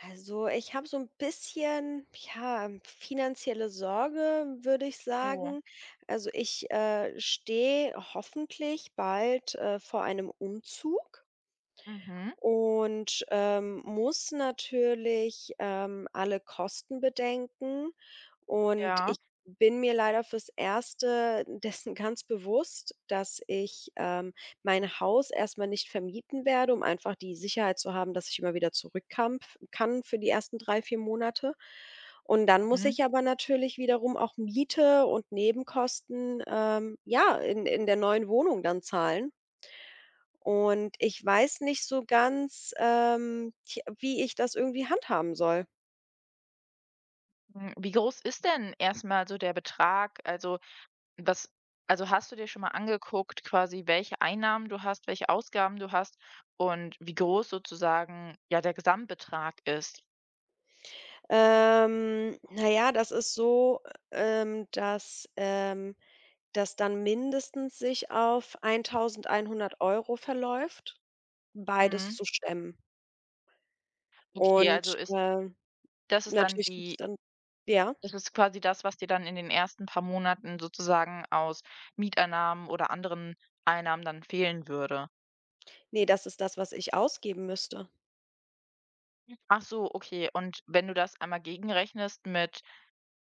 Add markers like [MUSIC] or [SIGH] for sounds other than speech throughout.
Also, ich habe so ein bisschen, ja, finanzielle Sorge, würde ich Oh, sagen. Also, ich, stehe hoffentlich bald, vor einem Umzug mhm, und, muss natürlich, alle Kosten bedenken. Und ja. ich bin mir leider fürs Erste [LAUGHS] dessen ganz bewusst, dass ich, mein Haus erst mal nicht vermieten werde, um einfach die Sicherheit zu haben, dass ich immer wieder zurückkam kann für die ersten 3 bis 4 Monate. Und dann muss Mhm. ich aber natürlich wiederum auch Miete und Nebenkosten, ja, in der neuen Wohnung dann zahlen. Und ich weiß nicht so ganz, tja, wie ich das irgendwie handhaben soll. Hm, wie groß ist denn erstmal so der Betrag? Also, was hast du dir schon mal angeguckt quasi, welche Einnahmen du hast, welche Ausgaben du hast und wie groß sozusagen, ja, der Gesamtbetrag ist? Na ja, das ist so, ähm, dass, ähm das dann mindestens sich auf 1.100 Euro verläuft, beides Mhm. zu stemmen. Okay, also Und, ist das ist dann natürlich gibt's die dann ja? das ist quasi das, was dir dann in den ersten paar Monaten sozusagen aus Mieteinnahmen oder anderen Einnahmen dann fehlen würde? Ne, das ist das, was ich ausgeben müsste. Ach so, okay. Und wenn du das einmal gegenrechnest mit.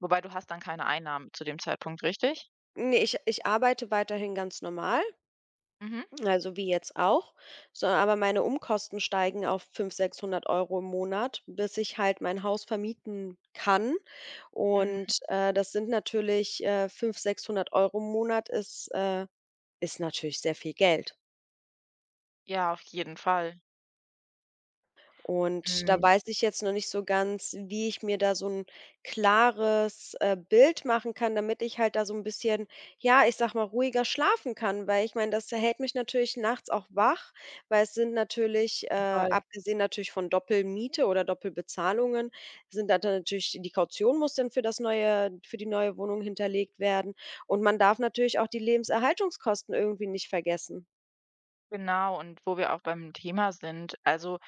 Wobei du hast dann keine Einnahmen zu dem Zeitpunkt, richtig? Ne, ich arbeite weiterhin ganz normal. Mhm. Also wie jetzt auch. So, aber meine Umkosten steigen auf 500, 600 Euro im Monat, bis ich halt mein Haus vermieten kann. Mhm. Und, das sind natürlich, 500, 600 € im Monat ist, ist natürlich sehr viel Geld. Ja, auf jeden Fall. Und da Mhm, weiß ich jetzt noch nicht so ganz, wie ich mir da so ein klares, Bild machen kann, damit ich halt da so ein bisschen, ja, ich sag mal, ruhiger schlafen kann. Weil ich meine, das hält mich natürlich nachts auch wach, weil es sind natürlich, voll. abgesehen natürlich von Doppelmiete oder Doppelbezahlungen, sind da dann natürlich die Kaution muss dann für das neue für die neue Wohnung hinterlegt werden. Und man darf natürlich auch die Lebenserhaltungskosten irgendwie nicht vergessen. Genau, und wo wir auch beim Thema sind, also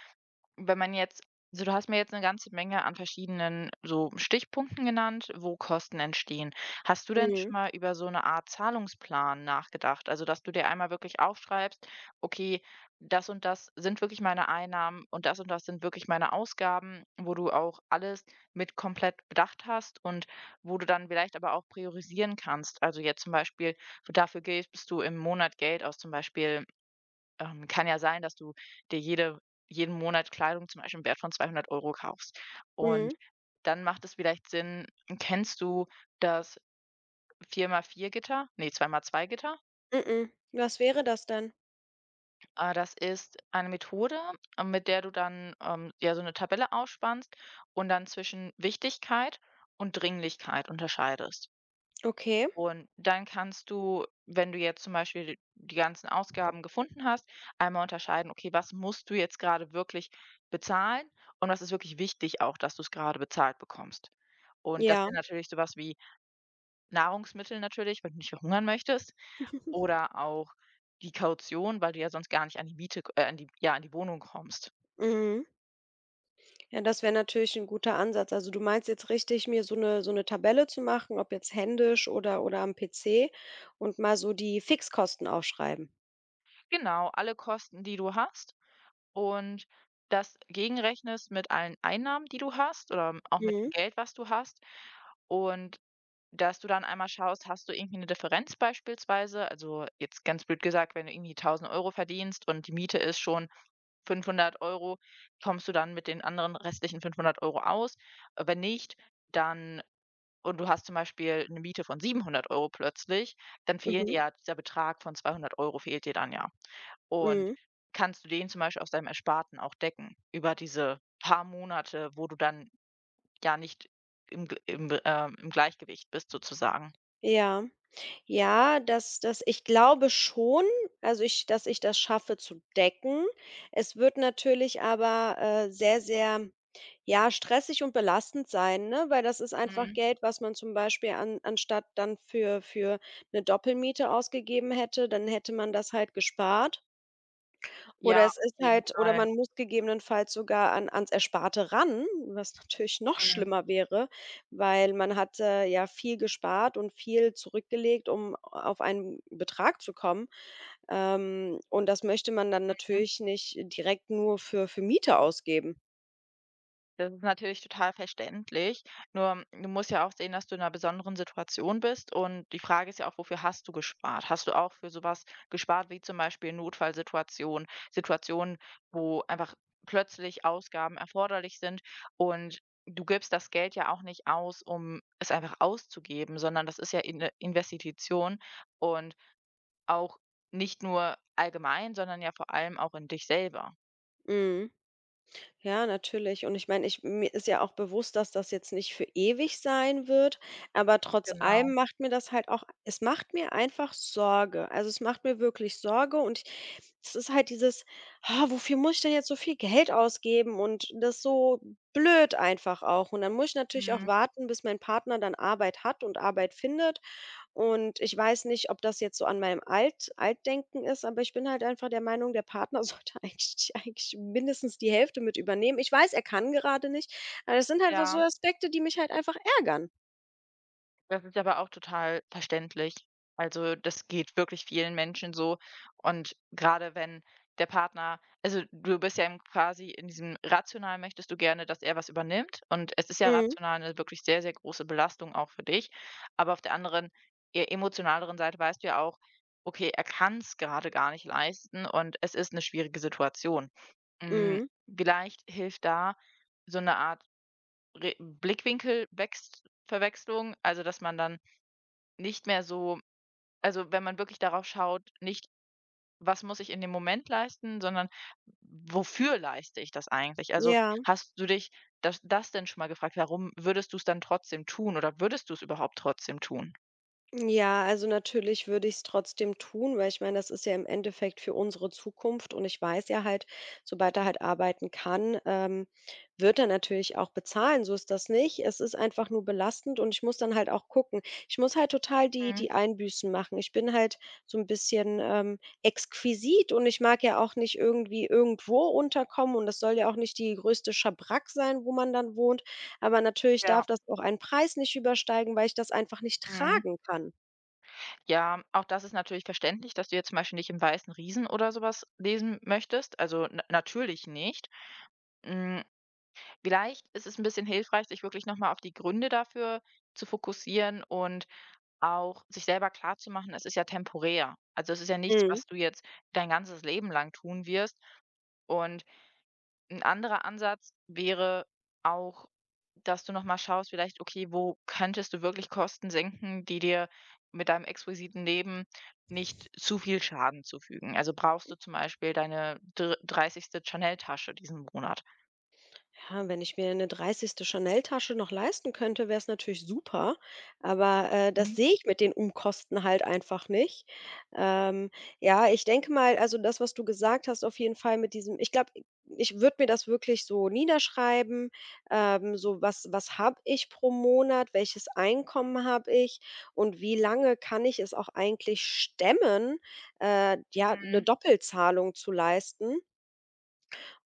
Wenn man jetzt also du hast mir jetzt eine ganze Menge an verschiedenen so Stichpunkten genannt, wo Kosten entstehen. Hast du denn Mhm. schon mal über so eine Art Zahlungsplan nachgedacht? Also, dass du dir einmal wirklich aufschreibst: „Okay, das und das sind wirklich meine Einnahmen und das sind wirklich meine Ausgaben", wo du auch alles mit komplett bedacht hast und wo du dann vielleicht aber auch priorisieren kannst. Also, jetzt zum Beispiel, dafür gibst du im Monat Geld aus, zum Beispiel kann ja sein, dass du dir jeden Monat Kleidung zum Beispiel im Wert von 200 € kaufst. Und Mhm. dann macht es vielleicht Sinn. Kennst du das 4 mal 4 Gitter? Ne, 2 mal 2 Gitter? mm Was wäre das denn? Das ist eine Methode, mit der du dann, ja, so eine Tabelle aufspannst und dann zwischen Wichtigkeit und Dringlichkeit unterscheidest. Okay. Und dann kannst du, wenn du jetzt zum Beispiel d die ganzen Ausgaben gefunden hast, einmal unterscheiden: Okay, was musst du jetzt gerade wirklich bezahlen und was ist wirklich wichtig auch, dass du es gerade bezahlt bekommst? Und das Ja, wäre natürlich so was wie Nahrungsmittel natürlich, wenn du nicht verhungern möchtest oder auch die Kaution, weil du ja sonst gar nicht an die Miete an die, ja, an die Wohnung kommst. mhm. Ja, das wäre natürlich ein guter Ansatz. Also, du meinst jetzt richtig, mir so eine Tabelle zu machen, ob jetzt händisch oder am PC und mal so die Fixkosten aufschreiben. Genau, alle Kosten, die du hast und das gegenrechnest mit allen Einnahmen, die du hast oder auch mit Mhm, dem Geld, was du hast. Und dass du dann einmal schaust, hast du irgendwie eine Differenz beispielsweise? Also, jetzt ganz blöd gesagt, wenn du irgendwie 1.000 € verdienst und die Miete ist schon 500 Euro, kommst du dann mit den anderen restlichen 500 € aus? Wenn nicht, dann und du hast zum Beispiel eine Miete von 700 € plötzlich, dann fehlen dir mhm, ja dieser Betrag von 200 € fehlt dir dann ja. Und mhm. kannst du den zum Beispiel aus deinem Ersparten auch decken über diese paar Monate, wo du dann ja nicht im G im, Be- im Gleichgewicht bist sozusagen. Ja. Ja, dass ich glaube schon, also, ich dass ich das schaffe zu decken. Es wird natürlich aber, sehr, sehr, ja, stressig und belastend sein, ne? Weil das ist einfach Mhm. Geld, was man zum Beispiel an anstatt dann für eine Doppelmiete ausgegeben hätte, dann hätte man das halt gespart. Oder Ja, es auf ist jeden halt oder Fall. man muss gegebenenfalls sogar an ans Ersparte ran, was natürlich noch Mhm. schlimmer wäre, weil man hat, ja viel gespart und viel zurückgelegt, um auf einen Betrag zu kommen. Und das möchte man dann natürlich nicht direkt nur für Miete ausgeben. Das ist natürlich total verständlich. Nur du musst ja auch sehen, dass du in einer besonderen Situation bist und die Frage ist ja auch, wofür hast du gespart? Hast du auch für sowas gespart wie zum Beispiel Notfallsituationen, Situationen, wo einfach plötzlich Ausgaben erforderlich sind und du gibst das Geld ja auch nicht aus, um es einfach auszugeben, sondern das ist ja eine Investition und auch nicht nur allgemein, sondern ja vor allem auch in dich selber. Mhm. Ja, natürlich. Und ich meine, ich mir ist ja auch bewusst, dass das jetzt nicht für ewig sein wird, aber trotz Genau. allem macht mir das halt auch es macht mir einfach Sorge. Also, es macht mir wirklich Sorge und es ist halt dieses: „Ah, wofür muss ich denn jetzt so viel Geld ausgeben?“ Und das so blöd einfach auch. Und dann muss ich natürlich auch Mhm. warten, bis mein Partner dann Arbeit hat und Arbeit findet. Und ich weiß nicht, ob das jetzt so an meinem Alt Altdenken ist, aber ich bin halt einfach der Meinung, der Partner [LAUGHS] sollte eigentlich mindestens die Hälfte mit übernehmen. Ich weiß, er kann gerade nicht, aber das sind halt einfach so Ja. Aspekte, die mich halt einfach ärgern. Das ist aber auch total verständlich. Also, das geht wirklich vielen Menschen so. Und gerade wenn der Partner, also, du bist ja im quasi in diesem rational möchtest du gerne, dass er was übernimmt und es ist ja Mhm, rational eine wirklich sehr, sehr große Belastung auch für dich. Aber auf der anderen, eher emotionaleren Seite weißt du ja auch: „Okay, er kann es gerade gar nicht leisten und es ist eine schwierige Situation." Hm, mhm, vielleicht hilft da so eine Art Re Blickwinkelwext, also, dass man dann nicht mehr so, also, wenn man wirklich darauf schaut, nicht: „Was muss ich in dem Moment leisten", sondern: „Wofür leiste ich das eigentlich?" Also, ja. hast du dich das denn schon mal gefragt? Warum würdest du es dann trotzdem tun oder würdest du es überhaupt trotzdem tun? Ja, also natürlich würde ich es trotzdem tun, weil ich meine, das ist ja im Endeffekt für unsere Zukunft und ich weiß ja halt, sobald er halt arbeiten kann, wird er natürlich auch bezahlen. So ist das nicht. Es ist einfach nur belastend und ich muss dann halt auch gucken. Ich muss halt total die Mhm. Einbüßen machen. Ich bin halt so ein bisschen exquisit und ich mag ja auch nicht irgendwie irgendwo unterkommen und das soll ja auch nicht die größte Schabrack sein, wo man dann wohnt. Aber natürlich Ja. darf das auch einen Preis nicht übersteigen, weil ich das einfach nicht Mhm. tragen kann. Ja, auch das ist natürlich verständlich, dass du jetzt zum Beispiel nicht im „Weißen Riesen" oder sowas lesen möchtest. Also, na natürlich nicht. Hm, vielleicht ist es ein bisschen hilfreich, sich wirklich noch mal auf die Gründe dafür zu fokussieren und auch sich selber klarzumachen, es ist ja temporär. Also, es ist ja nichts, Mhm. was du jetzt dein ganzes Leben lang tun wirst. Und ein anderer Ansatz wäre auch, dass du noch mal schaust vielleicht, okay, wo könntest du wirklich Kosten senken, die dir mit deinem exquisiten Leben nicht zu viel Schaden zufügen? Also, brauchst du zum Beispiel deine dr 30. Chanel-Tasche diesen Monat? Ja, wenn ich mir eine 30. Chanel-Tasche noch leisten könnte, wäre es natürlich super, aber, das Mhm, sehe ich mit den Umkosten halt einfach nicht. Ähm, ja, ich denke mal also das, was du gesagt hast, auf jeden Fall mit diesem ich glaube, ich würde mir das wirklich so niederschreiben, so was was habe ich pro Monat, welches Einkommen habe ich und wie lange kann ich es auch eigentlich stemmen, ja, eine mhm, Doppelzahlung zu leisten?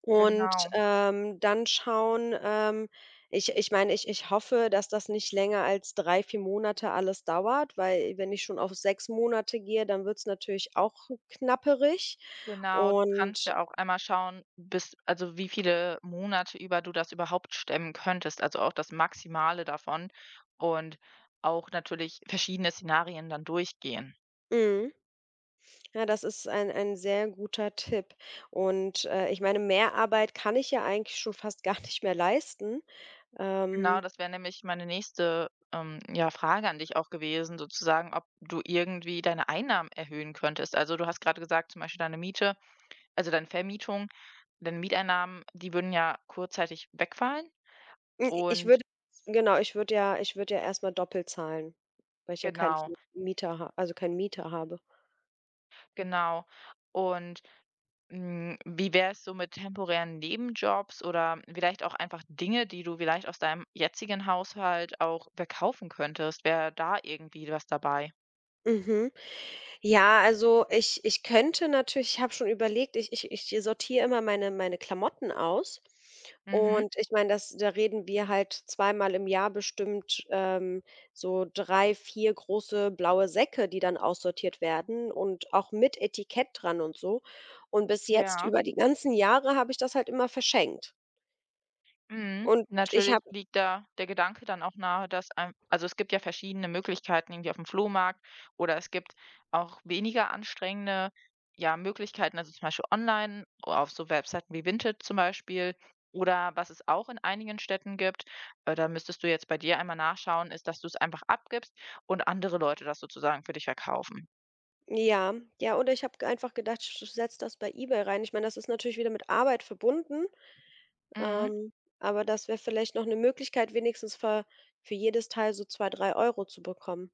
Und, genau. Dann schauen ich meine, ich hoffe, dass das nicht länger als 3 bis 4 Monate alles dauert, weil wenn ich schon auf 6 Monate gehe, dann wird es natürlich auch knapperig Genau, du kannst und ja auch einmal schauen, bis, also wie viele Monate über du das überhaupt stemmen könntest, also auch das Maximale davon, und auch natürlich verschiedene Szenarien dann durchgehen. mhm, ja, das ist ein sehr guter Tipp. Und, ich meine, mehr Arbeit kann ich ja eigentlich schon fast [LAUGHS] gar nicht mehr leisten. Genau, Ähm, das wäre nämlich meine nächste, ja, Frage an dich auch gewesen, sozusagen, ob du irgendwie deine Einnahmen erhöhen könntest. Also du hast gerade gesagt, zum Beispiel deine Miete, also deine Vermietung, deine Mieteinnahmen, die würden ja kurzzeitig wegfallen ich und würde genau, ich würde ja erstmal doppelt zahlen, weil ich ja keinen genau, Vermieter ha also keinen Mieter habe. genau. Und hm, wie wäre es so mit temporären Nebenjobs oder vielleicht auch einfach Dinge, die du vielleicht aus deinem jetzigen Haushalt auch verkaufen könntest? Wäre da irgendwie was dabei? Mhm. Ja, also ich ich könnte natürlich ich habe schon überlegt, ich sortiere immer meine Klamotten aus Mhm. und ich meine, das da reden wir halt 2-mal im Jahr bestimmt, so 3 bis 4 große blaue Säcke, die dann aussortiert werden und auch mit Etikett dran und so. Und bis jetzt Ja. über die ganzen Jahre habe ich das halt immer verschenkt. Mhm. Und ich Natürlich habe liegt da der Gedanke dann auch nahe, dass ein, also, es gibt ja verschiedene Möglichkeiten irgendwie auf dem Flohmarkt oder es gibt auch weniger anstrengende, ja, Möglichkeiten, also, zum Beispiel online auf so Webseiten wie Vinted zum Beispiel oder was es auch in einigen Städten gibt, da müsstest du jetzt bei dir einmal nachschauen, ist, dass du es einfach abgibst und andere Leute das sozusagen für dich verkaufen. ja, ja, oder ich habe einfach gedacht, ich setze das bei eBay rein. Ich meine, das ist natürlich wieder mit Arbeit verbunden, Mhm, Ähm, aber das wäre vielleicht noch eine Möglichkeit, wenigstens für jedes Teil so 2, 3 Euro zu bekommen.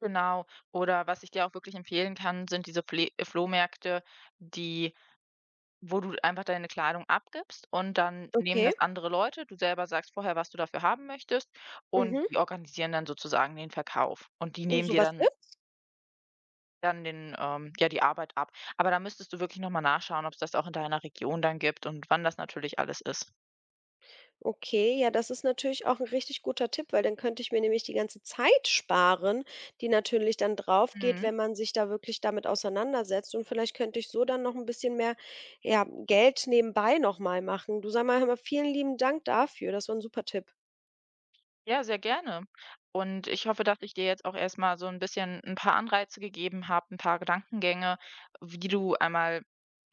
genau. Oder was ich dir auch wirklich empfehlen kann, sind diese Fle Flohmärkte, die wo du einfach deine Kleidung abgibst und dann nehmen Okay, das andere Leute. Du selber sagst vorher, was du dafür haben möchtest und mhm. die organisieren dann sozusagen den Verkauf und die Oh, nehmen so dir was dann gibt's? dann den, ja, die Arbeit ab. Aber da müsstest du wirklich noch mal nachschauen, ob es das auch in deiner Region dann gibt und wann das natürlich alles ist. Okay, ja, das ist natürlich auch ein richtig guter Tipp, weil dann könnte ich mir nämlich die ganze Zeit sparen, die natürlich dann drauf geht, Mhm. wenn man sich da wirklich damit auseinandersetzt. Und vielleicht könnte ich so dann noch ein bisschen mehr, ja, Geld nebenbei noch mal machen. Du, sag mal hör mal, vielen lieben Dank dafür. Das war ein super Tipp. Ja, sehr gerne. Und ich hoffe, dass ich dir jetzt auch erst mal so ein bisschen ein paar Anreize gegeben habe, ein paar Gedankengänge, wie du einmal.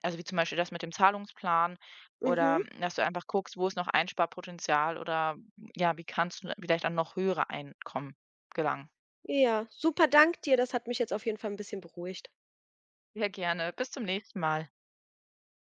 Also, wie zum Beispiel das mit dem Zahlungsplan oder, Mhm. hm, dass du einfach guckst, wo ist noch Einsparpotenzial oder, ja, wie kannst du vielleicht an noch höhere Einkommen gelangen. Ja, super, dank dir. Das hat mich jetzt auf jeden Fall ein bisschen beruhigt. Sehr gerne. Bis zum nächsten Mal.